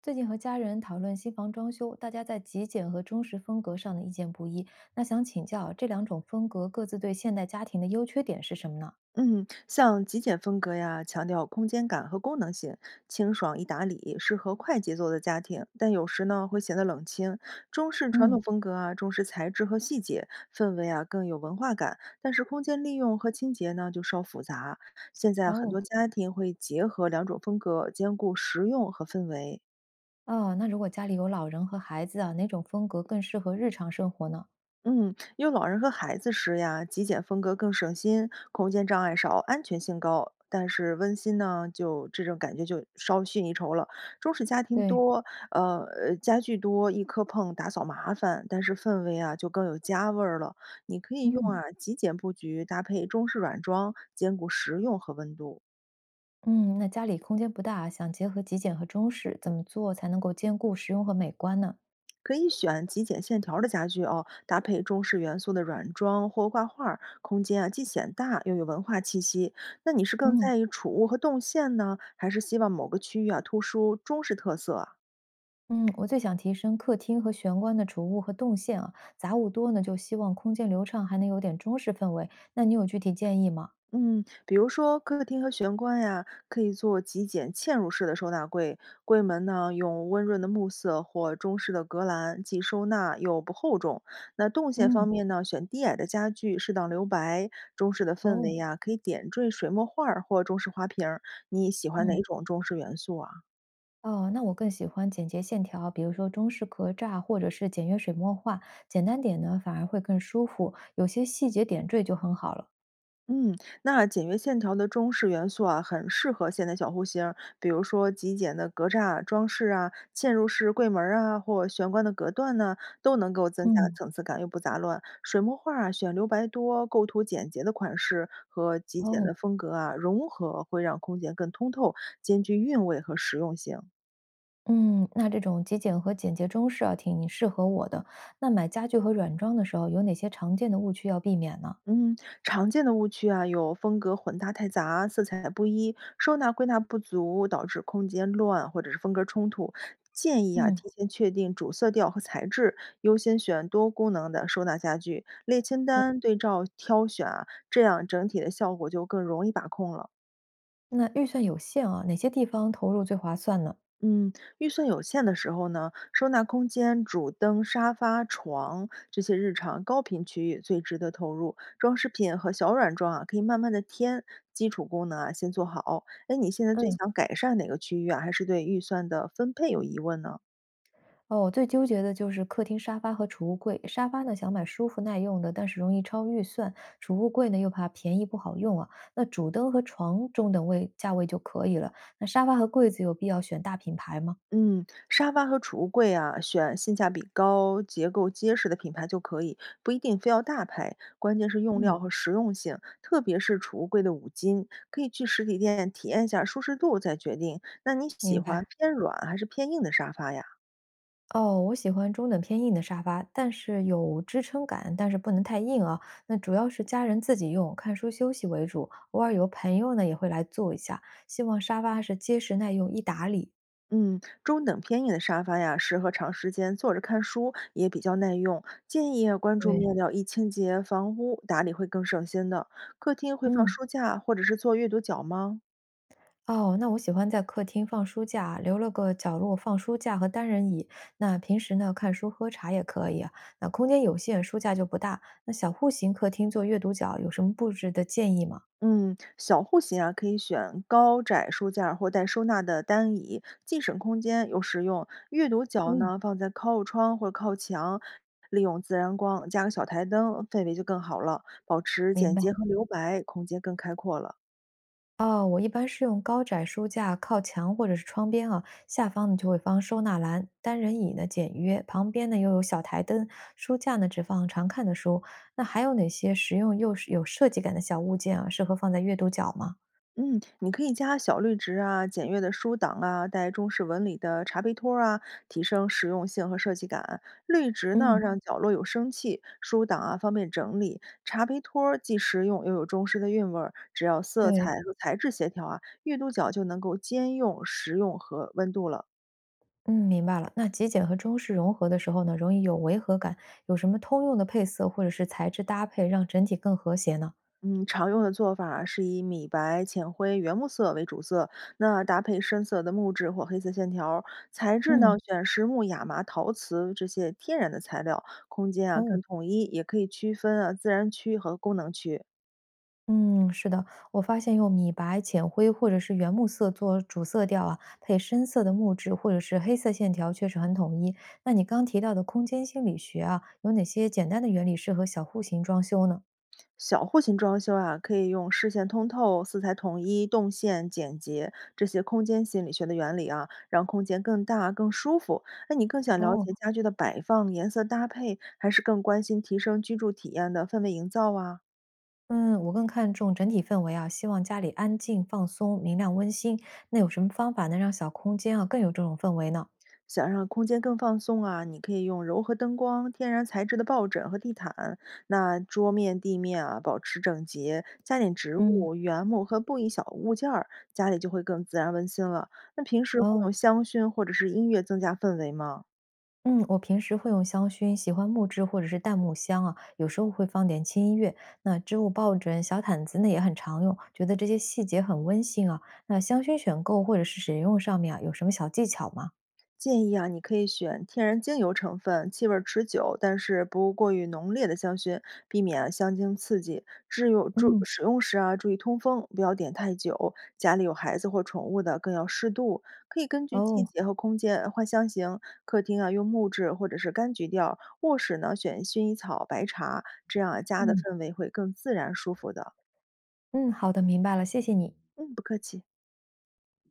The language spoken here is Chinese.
最近和家人讨论新房装修，大家在极简和中式风格上的意见不一。那想请教啊，这两种风格各自对现代家庭的优缺点是什么呢？嗯，像极简风格呀，强调空间感和功能性，清爽易打理，适合快节奏的家庭。但有时呢，会显得冷清。中式传统嗯。风格啊，重视材质和细节，氛围啊更有文化感。但是空间利用和清洁呢，就稍复杂。现在很多哦。家庭会结合两种风格，兼顾实用和氛围。啊，那如果家里有老人和孩子啊，哪种风格更适合日常生活呢？嗯，用老人和孩子时呀，极简风格更省心，空间障碍少，安全性高。但是温馨呢，就这种感觉就稍逊一筹了。中式家庭对。多，家具多，一磕碰打扫麻烦，但是氛围啊就更有家味儿了。你可以用嗯极简布局搭配中式软装，兼顾实用和温度。嗯，那家里空间不大，想结合极简和中式，怎么做才能够兼顾实用和美观呢？可以选极简线条的家具哦，搭配中式元素的软装或挂画儿空间啊既显大又有文化气息。那你是更嗯。在意储物和动线呢，还是希望某个区域啊突出中式特色啊？嗯，我最想提升客厅和玄关的储物和动线啊，杂物多呢，就希望空间流畅，还能有点中式氛围。那你有具体建议吗？嗯，比如说客厅和玄关呀，可以做极简嵌入式的收纳柜，柜门呢用温润的木色或中式的格栏，既收纳又不厚重。那动线方嗯。面呢，选低矮的家具，适当留白，中式的氛哦。围呀，可以点缀水墨画儿或中式花瓶儿。你喜欢哪嗯，种中式元素啊？哦，那我更喜欢简洁线条，比如说中式格栅或者是简约水墨画，简单点呢反而会更舒服，有些细节点缀就很好了。嗯，那简约线条的中式元素啊，很适合现代小户型儿，比如说极简的格栅装饰啊、嵌入式柜门儿啊，或玄关的隔断呢、都能够增加嗯。层次感又不杂乱。水墨画啊，选留白多、构图简洁的款式和极简哦。的风格啊，融合会让空间更通透，兼具韵味和实用性。嗯，那这种极简和简洁中式啊，挺适合我的。那买家具和软装的时候，有哪些常见的误区要避免呢？嗯，常见的误区啊，有风格混搭太杂、色彩不一、收纳归纳不足，导致空间乱，或者是风格冲突。建议啊，嗯。提前确定主色调和材质，优先选多功能的收纳家具，列清单对照挑选啊，这样整体的效果就更容易把控了。那预算有限啊，哪些地方投入最划算呢？嗯，预算有限的时候呢，收纳空间、主灯、沙发、床这些日常高频区域最值得投入。装饰品和小软装啊，可以慢慢的添，基础功能啊先做好。哎，你现在最嗯。想改善哪个区域啊？还是对预算的分配有疑问呢？哦，我最纠结的就是客厅沙发和储物柜。沙发呢，想买舒服耐用的，但是容易超预算；储物柜呢，又怕便宜不好用啊。那主灯和床中等位价位就可以了。那沙发和柜子有必要选大品牌吗？嗯，沙发和储物柜啊，选性价比高、结构结实的品牌就可以，不一定非要大牌。关键是用嗯，料和实用性，特别是储物柜的五金，可以去实体店体验一下舒适度再决定。那你喜明欢白。偏软还是偏硬的沙发呀？哦，我喜欢中等偏硬的沙发，但是有支撑感，但是不能太硬啊。那主要是家人自己用，看书休息为主，偶尔有朋友呢也会来坐一下。希望沙发是结实耐用，易打理。嗯，中等偏硬的沙发呀，适合长时间坐着看书，也比较耐用。建议啊关注对。面料易清洁、防污打理会更省心的。客厅会放嗯。书架或者是做阅读角吗？哦，那我喜欢在客厅放书架，留了个角落放书架和单人椅。那平时呢，看书喝茶也可以啊。那空间有限，书架就不大。那小户型客厅做阅读角，有什么布置的建议吗？嗯，小户型啊，可以选高窄书架儿或带收纳的单椅，既省空间又实用。阅读角嗯，呢，放在靠窗或靠墙，利用自然光，加个小台灯，氛围就更好了，保持明简白。洁和留白，空间更开阔了。哦，我一般是用高窄书架靠墙或者是窗边啊，下方呢就会放收纳篮，单人椅呢简约，旁边呢又有小台灯，书架呢只放常看的书。那还有哪些实用又是有设计感的小物件啊，适合放在阅读角吗？嗯，你可以加小绿植啊、简约的书挡啊，带中式纹理的茶杯托儿啊，提升实用性和设计感。绿植呢，嗯。让角落有生气；书挡啊，方便整理。茶杯托儿既实用又有中式的韵味儿，只要色对。彩哦和材质协调啊，阅读角就能够兼用实用和温度了。嗯，明白了。那极简和中式融合的时候呢，容易有违和感，有什么通用的配色或者是材质搭配，让整体更和谐呢？嗯，常用的做法是以米白、浅灰、原木色为主色，那搭配深色的木质或黑色线条儿材质嗯。呢，选实木、亚麻、陶瓷这些天然的材料，空间啊更哦。统一，也可以区分啊自然区和功能区。嗯，是的，我发现用米白、浅灰或者是原木色做主色调啊，配深色的木质或者是黑色线条，确实很统一。那你刚提到的空间心理学啊，有哪些简单的原理适合小户型装修呢？小户型装修啊，可以用视线通透、色彩统一、动线简洁这些空间心理学的原理啊，让空间更大、更舒服。那你更想了哦。解家具的摆放、颜色搭配，还是更关心提升居住体验的氛围营造啊？嗯，我更看重整体氛围啊，希望家里安静、放松、明亮、温馨。那有什么方法能让小空间啊更有这种氛围呢？想让空间更放松啊，你可以用柔和灯光、天然材质的抱枕和地毯。那桌面、地面啊，保持整洁，加点植嗯。物、原木和布艺小物件儿，家里就会更自然温馨了。那平时会哦。用香薰或者是音乐增加氛围吗？嗯，我平时会用香薰，喜欢木质或者是淡木香啊，有时候会放点轻音乐。那织物抱枕、小毯子呢也很常用，觉得这些细节很温馨啊。那香薰选购或者是使用上面啊，有什么小技巧吗？建议啊，你可以选天然精油成分、气味儿持久但是不过于浓烈的香薰，避免啊香精刺激。至用注嗯。使用时啊，注意通风，不要点太久。家里有孩子或宠物的更要适度，可以根据季哦。节和空间换香型。客厅啊，用木质或者是柑橘调；卧室呢，选薰衣草、白茶，这样啊家的嗯氛围会更自然舒服的。嗯，好的，明白了，谢谢你。嗯，不客气。